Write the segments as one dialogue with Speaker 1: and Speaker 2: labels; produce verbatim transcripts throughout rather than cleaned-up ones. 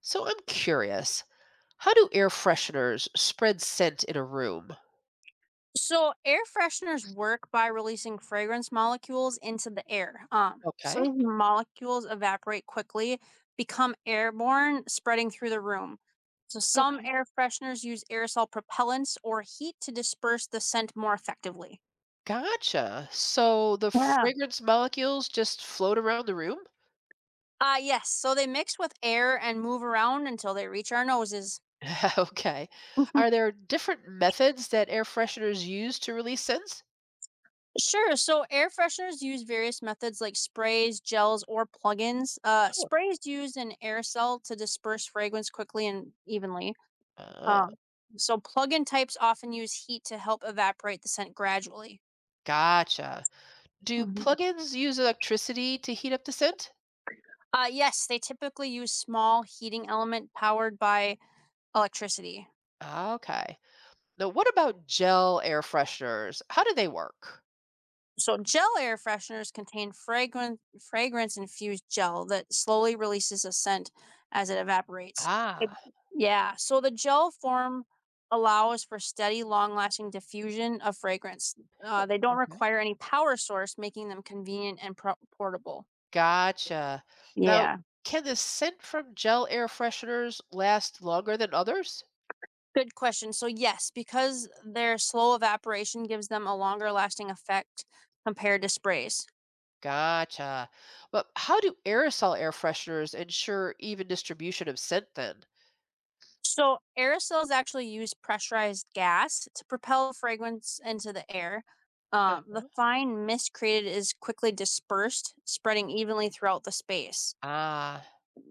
Speaker 1: So I'm curious, how do air fresheners spread scent in a room?
Speaker 2: So air fresheners work by releasing fragrance molecules into the air. Um, so
Speaker 1: Okay.
Speaker 2: these molecules evaporate quickly, become airborne, spreading through the room. So some
Speaker 1: Okay.
Speaker 2: air fresheners use aerosol propellants or heat to disperse the scent more effectively.
Speaker 1: Gotcha. So the
Speaker 2: Yeah.
Speaker 1: fragrance molecules just float around the room?
Speaker 2: Uh yes, so they mix with air and move around until they reach our noses.
Speaker 1: okay. Are there different methods that air fresheners use to release scents?
Speaker 2: Sure. So air fresheners use various methods like sprays, gels, or plugins. Uh,
Speaker 1: Huh.
Speaker 2: sprays use an aerosol to disperse fragrance quickly and evenly.
Speaker 1: Uh,
Speaker 2: Um, so plug-in types often use heat to help evaporate the scent gradually.
Speaker 1: gotcha. Do
Speaker 2: Mhm.
Speaker 1: plugins use electricity to heat up the scent?
Speaker 2: Uh, yes, they typically use small heating element powered by electricity.
Speaker 1: Ah, okay. Now, what about gel air fresheners? How do they work?
Speaker 2: So gel air fresheners contain fragrant fragrance infused gel that slowly releases a scent as it evaporates. It-
Speaker 1: Ah,
Speaker 2: yeah, so the gel form allows for steady, long-lasting diffusion of fragrance. Uh, they don't
Speaker 1: okay.
Speaker 2: require any power source, making them convenient and pro- portable.
Speaker 1: Gotcha. Now,
Speaker 2: Yeah.
Speaker 1: can the scent from gel air fresheners last longer than others?
Speaker 2: Good question. So yes, because their slow evaporation gives them a longer lasting effect compared to sprays.
Speaker 1: Gotcha. But how do aerosol air fresheners ensure even distribution of scent then?
Speaker 2: So aerosols actually use pressurized gas to propel fragrance into the air.
Speaker 1: Uh,
Speaker 2: Um, the fine mist created is quickly dispersed, spreading evenly throughout the space.
Speaker 1: Ah,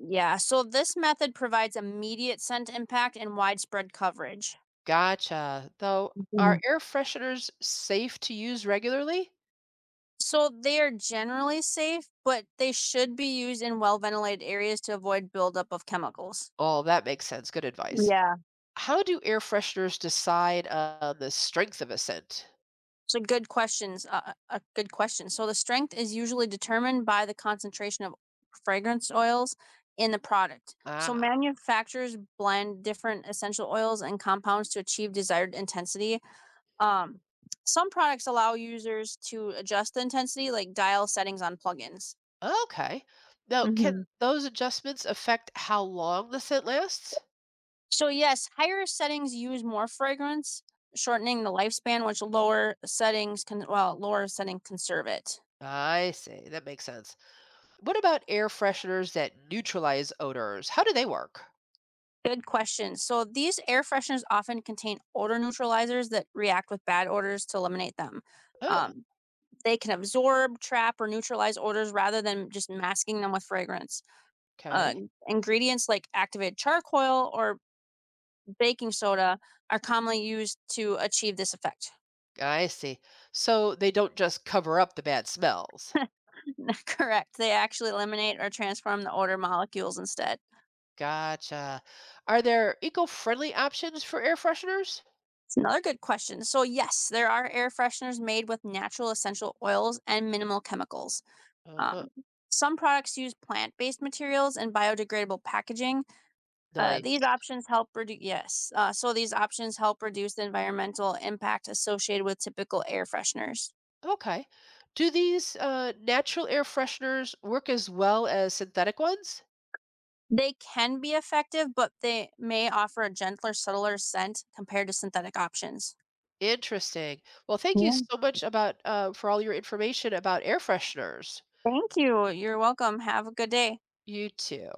Speaker 2: Yeah, so this method provides immediate scent impact and widespread coverage.
Speaker 1: gotcha. Though, are
Speaker 2: Mhm.
Speaker 1: air fresheners safe to use regularly?
Speaker 2: So they are generally safe, but they should be used in well ventilated areas to avoid buildup of chemicals.
Speaker 1: Oh, that makes sense. Good advice.
Speaker 2: Yeah.
Speaker 1: How do air fresheners decide on the strength of a scent?
Speaker 2: So good questions, uh, uh, a good question. So the strength is usually determined by the concentration of fragrance oils in the product. So
Speaker 1: Ah,
Speaker 2: manufacturers blend different essential oils and compounds to achieve desired intensity. Um, some products allow users to adjust the intensity, like dial settings on plugins.
Speaker 1: okay. Now, can
Speaker 2: hmm
Speaker 1: those adjustments affect how long the scent lasts?
Speaker 2: So yes, higher settings use more fragrance, shortening the lifespan, which lower settings can well lower setting conserve it.
Speaker 1: I see. That makes sense. What about air fresheners that neutralize odors? How do they work?
Speaker 2: Good question. So these air fresheners often contain odor neutralizers that react with bad odors to eliminate them.
Speaker 1: Oh,
Speaker 2: Um, they can absorb, trap, or neutralize odors rather than just masking them with fragrance. Uh,
Speaker 1: okay.
Speaker 2: ingredients like activated charcoal or baking soda are commonly used to achieve this effect.
Speaker 1: I see. So they don't just cover up the bad smells.
Speaker 2: Correct. They actually eliminate or transform the odor molecules instead.
Speaker 1: Gotcha. Are there eco-friendly options for air fresheners?
Speaker 2: It's another good question. So, yes, there are air fresheners made with natural essential oils and minimal chemicals.
Speaker 1: Uh-huh.
Speaker 2: Um, some products use plant-based materials and biodegradable packaging. Uh, these
Speaker 1: Nice.
Speaker 2: options help reduce yes. Uh, so these options help reduce the environmental impact associated with typical air fresheners.
Speaker 1: Okay. Do these uh, natural air fresheners work as well as synthetic ones?
Speaker 2: They can be effective, but they may offer a gentler, subtler scent compared to synthetic options.
Speaker 1: Interesting. Well, thank you
Speaker 2: Yeah.
Speaker 1: so much about uh, for all your information about air fresheners.
Speaker 2: Thank you. You're welcome. Have a good day.
Speaker 1: You too.